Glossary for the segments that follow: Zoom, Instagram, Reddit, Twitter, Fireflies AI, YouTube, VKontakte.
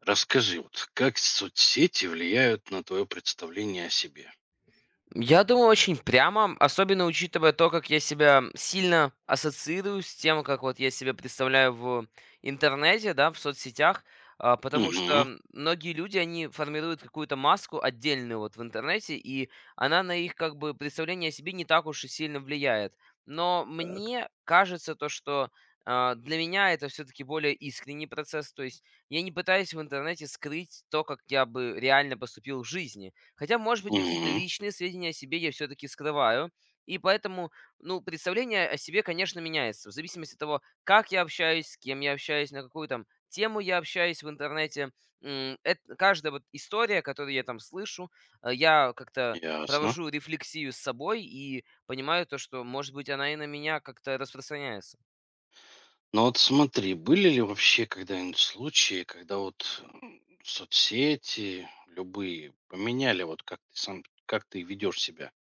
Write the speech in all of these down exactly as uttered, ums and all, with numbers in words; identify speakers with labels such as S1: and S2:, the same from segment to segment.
S1: Расскажи, вот как соцсети влияют на твое представление о себе?
S2: Я думаю, очень прямо, особенно учитывая то, как я себя сильно ассоциирую с тем, как вот я себя представляю в интернете, да, в соцсетях, а, потому
S1: Угу.
S2: что многие люди, они формируют какую-то маску отдельную вот в интернете, и она на их как бы представление о себе не так уж и сильно влияет. Но
S1: Так.
S2: мне кажется то, что а, для меня это все-таки более искренний процесс, то есть я не пытаюсь в интернете скрыть то, как я бы реально поступил в жизни. Хотя, может быть, какие-то
S1: Угу.
S2: личные сведения о себе я все-таки скрываю. И поэтому, ну, представление о себе, конечно, меняется в зависимости от того, как я общаюсь, с кем я общаюсь, на какую там тему я общаюсь в интернете. М, эт- каждая вот история, которую я там слышу, э, я как-то
S1: Ясно.
S2: провожу рефлексию с собой и понимаю то, что, может быть, она и на меня как-то распространяется.
S1: Ну вот смотри, были ли вообще когда-нибудь случаи, когда вот м, соцсети любые поменяли вот как ты сам, как ты ведешь себя?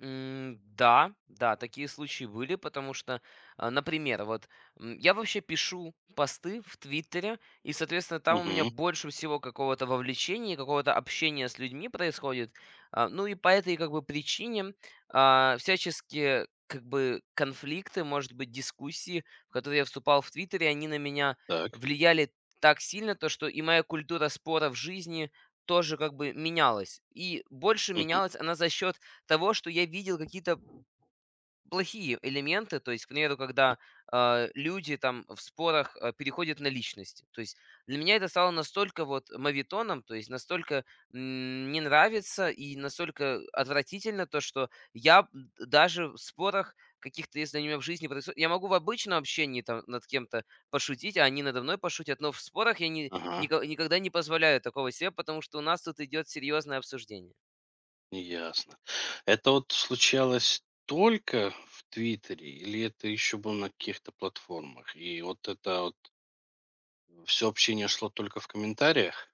S2: М, Да, да, такие случаи были, потому что, а, например, вот м, я вообще пишу посты в Твиттере, и, соответственно, там у меня
S1: Угу.
S2: больше всего какого-то вовлечения, какого-то общения с людьми происходит. А, Ну и по этой как бы причине а, всяческие как бы конфликты, может быть, дискуссии, в которые я вступал в Твиттере, они на меня
S1: Так.
S2: влияли так сильно, то что и моя культура спора в жизни тоже как бы менялась. И больше
S1: Мгм.
S2: менялась она за счет того, что я видел какие-то плохие элементы, то есть, к примеру, когда а, люди там в спорах а, переходят на личности. То есть для меня это стало настолько вот мавитоном, то есть настолько м, не нравится и настолько отвратительно то, что я м, даже в спорах каких-то, если они у меня в жизни происходят, я могу в обычном общении там над кем-то пошутить, а они надо мной пошутят, но в спорах я не,
S1: Ага.
S2: нико- никогда не позволяю такого себе, потому что у нас тут идет серьезное обсуждение.
S1: Ясно. Это вот случалось только в Твиттере или это еще было на каких-то платформах? И вот это вот все общение шло только в комментариях?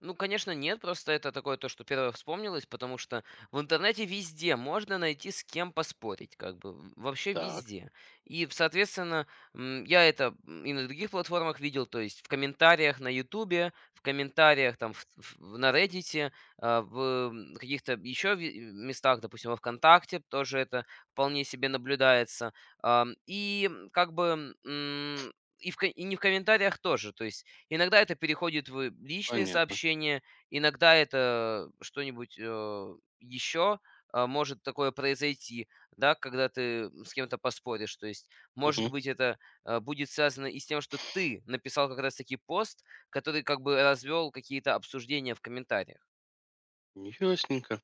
S2: Ну, конечно, нет, просто это такое то, что первое вспомнилось, потому что в интернете везде можно найти с кем поспорить, как бы, в- вообще
S1: Так,
S2: везде. И, соответственно, м, я это м, и на других платформах видел, то есть в комментариях на Ютубе, в комментариях там в- в- на Reddit, а, в м, каких-то еще местах, допустим, во ВКонтакте тоже это вполне себе наблюдается. Ам, И м, как бы м, и, в, ко- и не в комментариях тоже, то есть иногда это переходит в личные
S1: понятно.
S2: сообщения, иногда это что-нибудь, э, еще, а, может такое произойти, да, когда ты с кем-то поспоришь. То есть, может
S1: Мгм.
S2: быть, это, а, будет связано и с тем, что ты написал как раз таки пост, который как бы развел какие-то обсуждения в комментариях.
S1: Ясненько.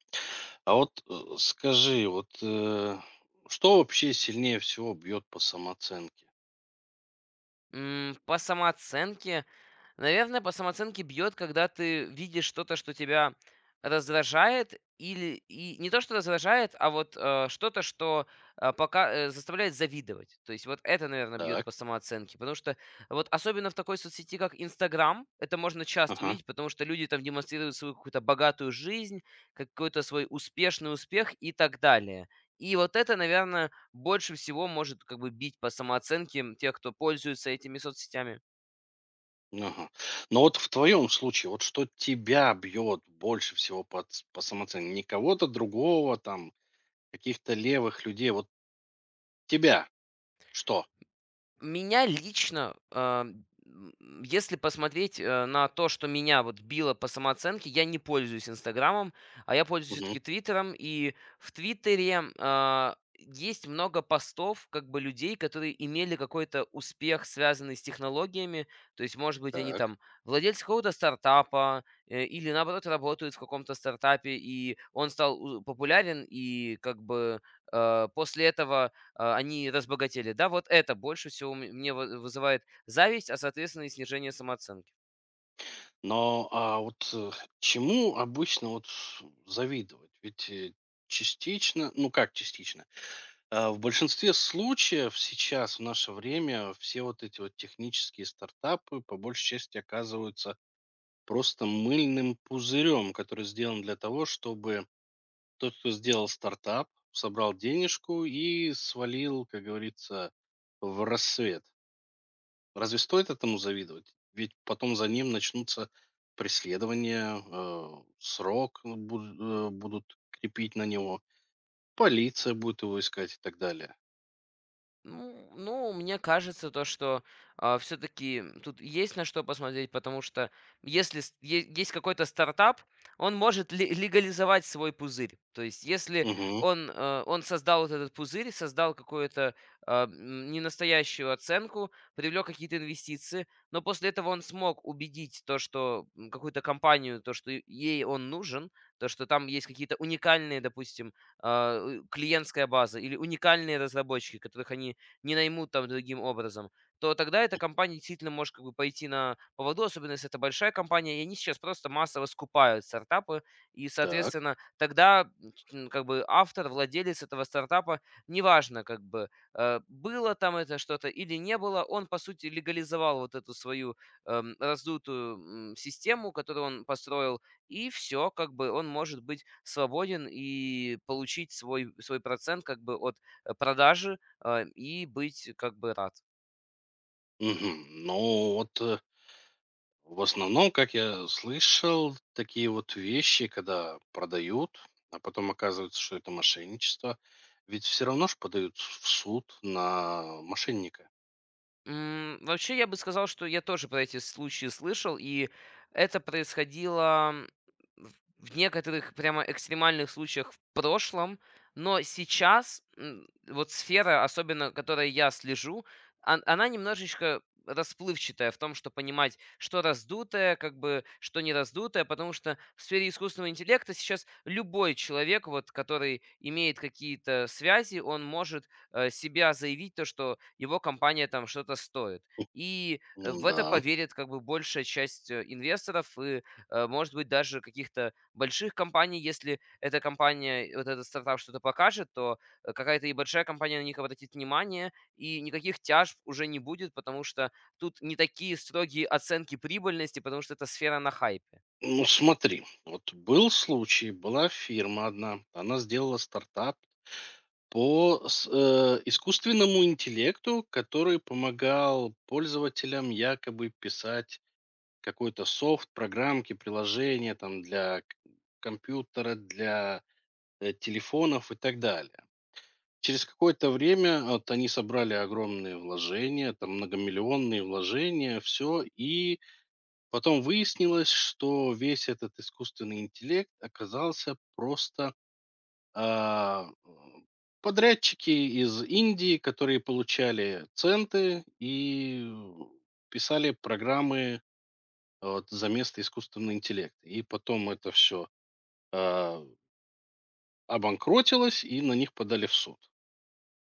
S1: А вот, э, скажи, вот, э, что вообще сильнее всего бьет по самооценке?
S2: М, по самооценке. Наверное, по самооценке бьет, когда ты видишь что-то, что тебя раздражает, или и не то, что раздражает, а вот э, что-то, что э, пока э, заставляет завидовать. То есть вот это, наверное, бьет
S1: Так,
S2: по самооценке, потому что вот особенно в такой соцсети, как Инстаграм, это можно часто
S1: ага,
S2: увидеть, потому что люди там демонстрируют свою какую-то богатую жизнь, какой-то свой успешный успех и так далее. И вот это, наверное, больше всего может как бы бить по самооценке тех, кто пользуется этими соцсетями.
S1: ага. Но вот в твоем случае, вот что тебя бьет больше всего по, ц- по самооценке? Не кого-то другого, там, каких-то левых людей, вот тебя что?
S2: Меня лично, а, м, если посмотреть, э, на то, что меня вот било по самооценке, я не пользуюсь "Инстаграмом", а я пользуюсь все
S1: Мгм.
S2: таки "Твиттером". И в "Твиттере", а, есть много постов как бы людей, которые имели какой-то успех, связанный с технологиями. То есть, может быть, они
S1: Так.
S2: там владельцы какого-то стартапа, э, или, наоборот, работают в каком-то стартапе, и он стал у популярен. И как бы, э, после этого а, они разбогатели. Да, вот это больше всего м- мне вы- вызывает зависть, а соответственно и снижение самооценки.
S1: Но а вот э, чему обычно вот завидовать? Ведь э, частично, ну как частично? А, В большинстве случаев сейчас, в наше время, все вот эти вот технические стартапы по большей части оказываются просто мыльным пузырем, который сделан для того, чтобы тот, кто сделал стартап, собрал денежку и свалил, как говорится, в рассвет. Разве стоит этому завидовать? Ведь потом за ним начнутся преследования, э, срок буд- э, будут крепить на него, полиция будет его искать и так далее.
S2: Ну, ну, мне кажется, то, что все-таки тут есть на что посмотреть, потому что если с- е- есть какой-то стартап, он может ли- легализовать свой пузырь. То есть, если
S1: Угу,
S2: он, э, он создал вот этот пузырь, создал какую-то а, м, ненастоящую оценку, привлек какие-то инвестиции, но после этого он смог убедить то, что м, какую-то компанию, то, что и- ей он нужен, то, что там есть какие-то уникальные, допустим, а, у- клиентская база или уникальные разработчики, которых они не наймут там другим образом, то тогда эта компания действительно может как бы пойти на поводу, особенно если это большая компания, и они сейчас просто массово скупают стартапы, и,
S1: так.
S2: соответственно, тогда м, как бы автор, владелец этого стартапа, неважно как бы э, было там это что-то или не было, он, по сути, легализовал вот эту свою эм, раздутую м, систему, которую он построил, и все, как бы он может быть свободен и получить свой, свой процент как бы от э, продажи а, и быть как бы рад.
S1: Мгм. Ну вот, э, в основном, как я слышал, такие вот вещи, когда продают, а потом оказывается, что это мошенничество, ведь все равно ж подают в суд на мошенника.
S2: М, Вообще, я бы сказал, что я тоже про эти случаи слышал, и это происходило м, в в некоторых прямо экстремальных случаях в прошлом, но сейчас м, вот сфера, особенно которой я слежу, он- она немножечко расплывчатая в том, что понимать, что раздутое, как бы, что не раздутое, потому что в сфере искусственного интеллекта сейчас любой человек, вот, который имеет какие-то связи, он может э, себя заявить то, что его компания там что-то стоит. И э, в это
S1: Да.
S2: поверит как бы большая часть э, инвесторов и, э, может быть, даже каких-то больших компаний. Если эта компания, вот этот стартап что-то покажет, то э, какая-то и большая компания на них обратит внимание, и никаких тяжб уже не будет, потому что тут не такие строгие оценки прибыльности, потому что это сфера на хайпе.
S1: Ну смотри, вот был случай, была фирма одна, она сделала стартап по с- э, искусственному интеллекту, который помогал пользователям якобы писать какой-то софт, программки, приложения там для к компьютера, для, э, телефонов и так далее. Через какое-то время вот они собрали огромные вложения, там многомиллионные вложения, все. И потом выяснилось, что весь этот искусственный интеллект оказался просто, а, м, подрядчики из Индии, которые получали центы и м, писали программы вот за место искусственного интеллекта. И потом это все обанкротилось, и на них подали в суд.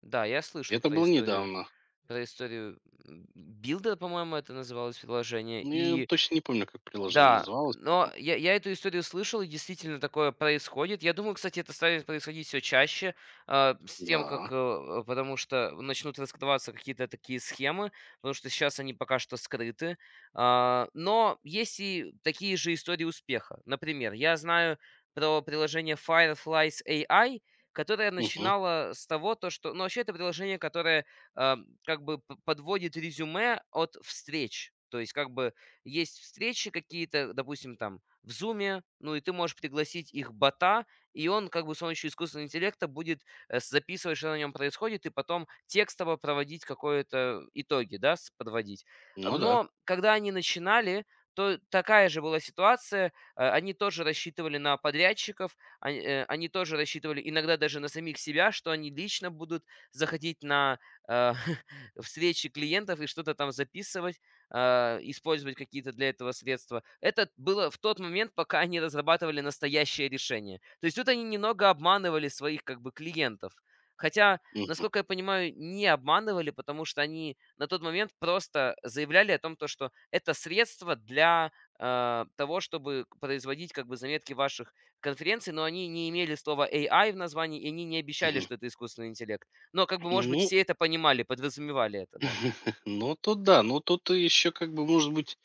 S2: Да, я слышал
S1: Это
S2: про
S1: было
S2: историю
S1: недавно.
S2: про историю м, билда, по-моему, это называлось приложение.
S1: Ну, я
S2: И
S1: точно не помню, как приложение
S2: да,
S1: называлось.
S2: но
S1: Но
S2: я я эту историю слышал, и действительно такое происходит. Я думаю, кстати, это станет происходить все чаще, а, с тем,
S1: да.
S2: как, э, потому что начнут раскрываться какие-то такие схемы, потому что сейчас они пока что скрыты. А, но есть и такие же истории успеха. Например, я знаю про приложение Fireflies A I, которое
S1: Мгм.
S2: начинало с того, то что ну, вообще это приложение, которое, а, как бы п подводит резюме от встреч. То есть как бы есть встречи какие-то, допустим, там в "Зуме", ну и ты можешь пригласить их бота, и он как бы с помощью искусственного интеллекта будет, э, с- записывать, что на нем происходит, и потом текстово проводить какое-то итоги, да, с подводить.
S1: Ну да.
S2: Но когда они начинали, то такая же была ситуация. Э, они тоже рассчитывали на подрядчиков, ань э, они тоже рассчитывали иногда даже на самих себя, что они лично будут заходить на, э, встречи клиентов и что-то там записывать, а, использовать какие-то для этого средства. Это было в тот момент, пока они разрабатывали настоящее решение. То есть тут они немного обманывали своих как бы клиентов. Хотя,
S1: Мгм.
S2: насколько я понимаю, не обманывали, потому что они на тот момент просто заявляли о том, то, что это средство для а, того, чтобы производить как бы заметки ваших конференций, но они не имели слова A I в названии, и они не обещали,
S1: Мгм.
S2: что это искусственный интеллект. Но как бы, может быть,
S1: Ну,
S2: все это понимали, подразумевали это, да.
S1: ну тут да, но тут еще как бы может быть,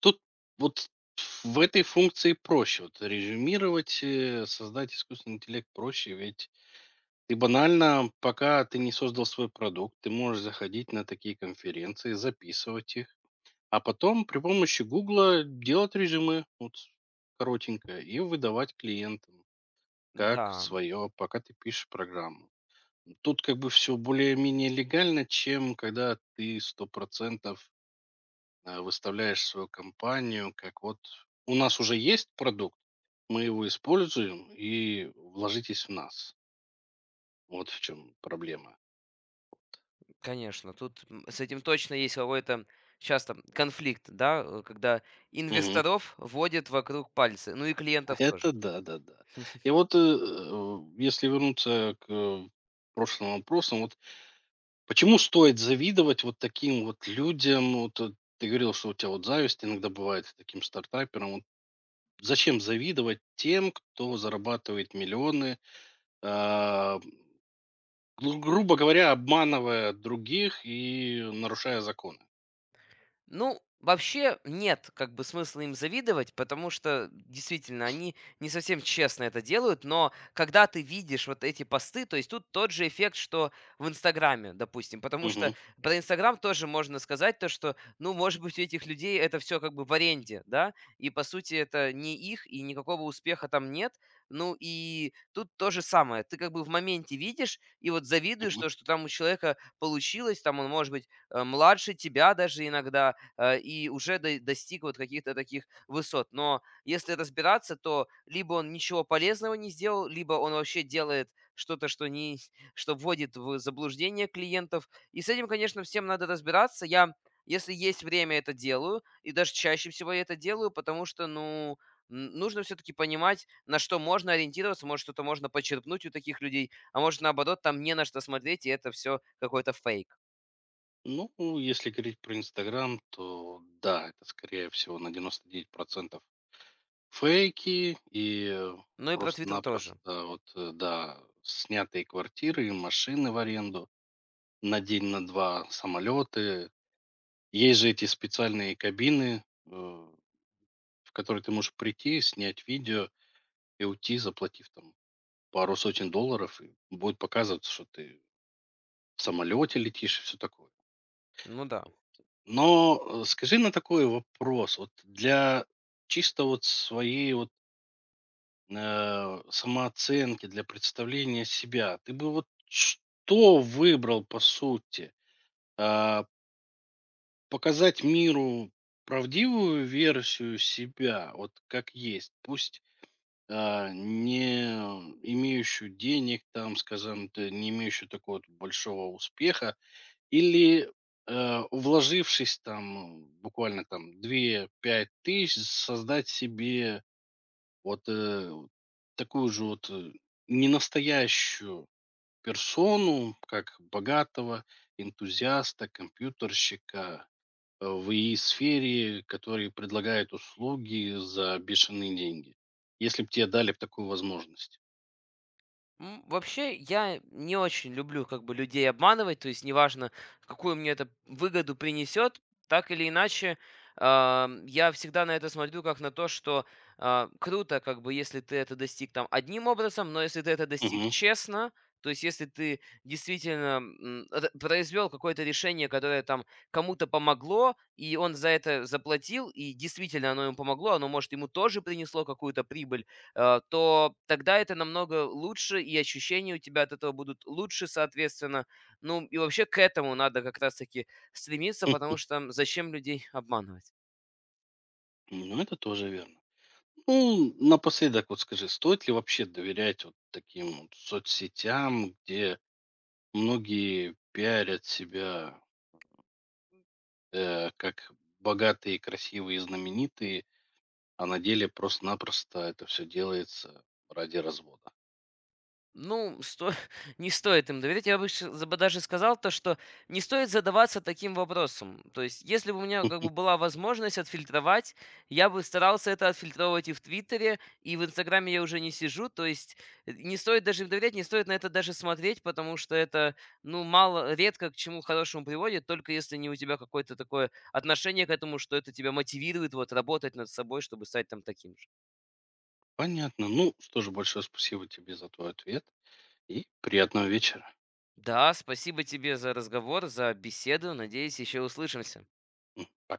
S1: тут вот в этой функции проще. Вот резюмировать, э, создать искусственный интеллект проще, ведь и банально, пока ты не создал свой продукт, ты можешь заходить на такие конференции, записывать их, а потом при помощи Гугла делать резюме, вот коротенькое, и выдавать клиентам как
S2: Да.
S1: свое, пока ты пишешь программу. Тут как бы все более-менее легально, чем когда ты сто процентов э, выставляешь свою компанию, как вот у нас уже есть продукт, мы его используем и вложитесь в нас. Вот в чем проблема.
S2: Конечно, тут, м, с этим точно есть какой-то часто конфликт, да, э, когда
S1: Мгм.
S2: инвесторов водят вокруг пальца, ну и клиентов
S1: Это
S2: тоже.
S1: да, да-да. И вот, э, э, если вернуться к, э, прошлым вопросам, вот почему стоит завидовать вот таким вот людям? Вот, э, ты говорил, что у тебя вот зависть иногда бывает таким стартаперам. Вот зачем завидовать тем, кто зарабатывает миллионы, а, гру грубо говоря, обманывая других и нарушая законы?
S2: Ну, вообще нет как бы смысла им завидовать, потому что действительно они не совсем честно это делают, но когда ты видишь вот эти посты, то есть тут тот же эффект, что в Инстаграме, допустим, потому
S1: Мгм,
S2: что про Инстаграм тоже можно сказать то, что, ну, может быть, у этих людей это все как бы в аренде, да, и по сути это не их, и никакого успеха там нет, ну, и тут то же самое, ты как бы в моменте видишь, и вот завидуешь
S1: мгм.
S2: то, что там у человека получилось, там он, может быть, э, младше тебя даже иногда, э, и уже до- достиг вот каких-то таких высот. Но если разбираться, то либо он ничего полезного не сделал, либо он вообще делает что-то, что не, что вводит в заблуждение клиентов. И с этим, конечно, всем надо разбираться. Я, если есть время, это делаю, и даже чаще всего я это делаю, потому что, ну, м, нужно все-таки понимать, на что можно ориентироваться, может, что-то можно почерпнуть у таких людей, а может, наоборот, там не на что смотреть, и это все какой-то фейк.
S1: Ну, если говорить про "Инстаграм", то да, это скорее всего на девяносто девять процентов. Фейки и, э,
S2: Ну и про Твиттер тоже.
S1: просто-напросто вот, э, да, снятые квартиры, машины в аренду на день, на два самолеты. Есть же эти специальные кабины, э, в которые ты можешь прийти, снять видео и уйти, заплатив там пару сотен долларов, и будет показываться, что ты в самолете летишь и всё такое.
S2: Ну да.
S1: Но, э, скажи на такой вопрос, вот для чисто вот своей вот Э, самооценки, для представления себя. Ты бы вот что выбрал по сути? А, показать миру правдивую версию себя, вот как есть, пусть а, не имеющую денег, там, скажем, т- не имеющую такого вот большого успеха, или э, вложившись там м, буквально там две-пять тысяч, создать себе вот, э, вот такую же вот, э, ненастоящую персону, как богатого энтузиаста, компьютерщика, э, в и и сфере, который предлагает услуги за бешеные деньги. Если бы тебе дали б такую возможность.
S2: М, Вообще, я не очень люблю как бы людей обманывать, то есть неважно, какую мне это выгоду принесет, так или иначе, а, я всегда на это смотрю как на то, что а, круто, как бы, если ты это достиг там одним образом, но если ты это достиг
S1: Мгм.
S2: честно, то есть если ты действительно м, р- произвел какое-то решение, которое там кому-то помогло, и он за это заплатил, и действительно оно ему помогло, оно, может, ему тоже принесло какую-то прибыль, э, то тогда это намного лучше, и ощущения у тебя от этого будут лучше, соответственно. Ну, и вообще к этому надо как раз-таки стремиться,
S1: Хм.
S2: потому что зачем людей обманывать?
S1: Ну, это тоже верно. Ну, напоследок вот скажи, стоит ли вообще доверять вот таким вот соцсетям, где многие пиарят себя э, как богатые, красивые и знаменитые, а на деле просто-напросто это все делается ради развода.
S2: Ну, сто не стоит им доверять. Я бы щ за бы даже сказал то, что не стоит задаваться таким вопросом. То есть, если бы у меня как бы была возможность отфильтровать, я бы старался это отфильтровывать, и в "Твиттере", и в "Инстаграме" я уже не сижу. То есть, э, не стоит даже им доверять, не стоит на это даже смотреть, потому что это, ну, мало редко к чему хорошему приводит, только если не у тебя какое-то такое отношение к этому, что это тебя мотивирует вот работать над собой, чтобы стать там таким же.
S1: Понятно. Ну, что же, большое спасибо тебе за твой ответ и приятного вечера.
S2: Да, спасибо тебе за разговор, за беседу. Надеюсь, еще услышимся.
S1: М, пока.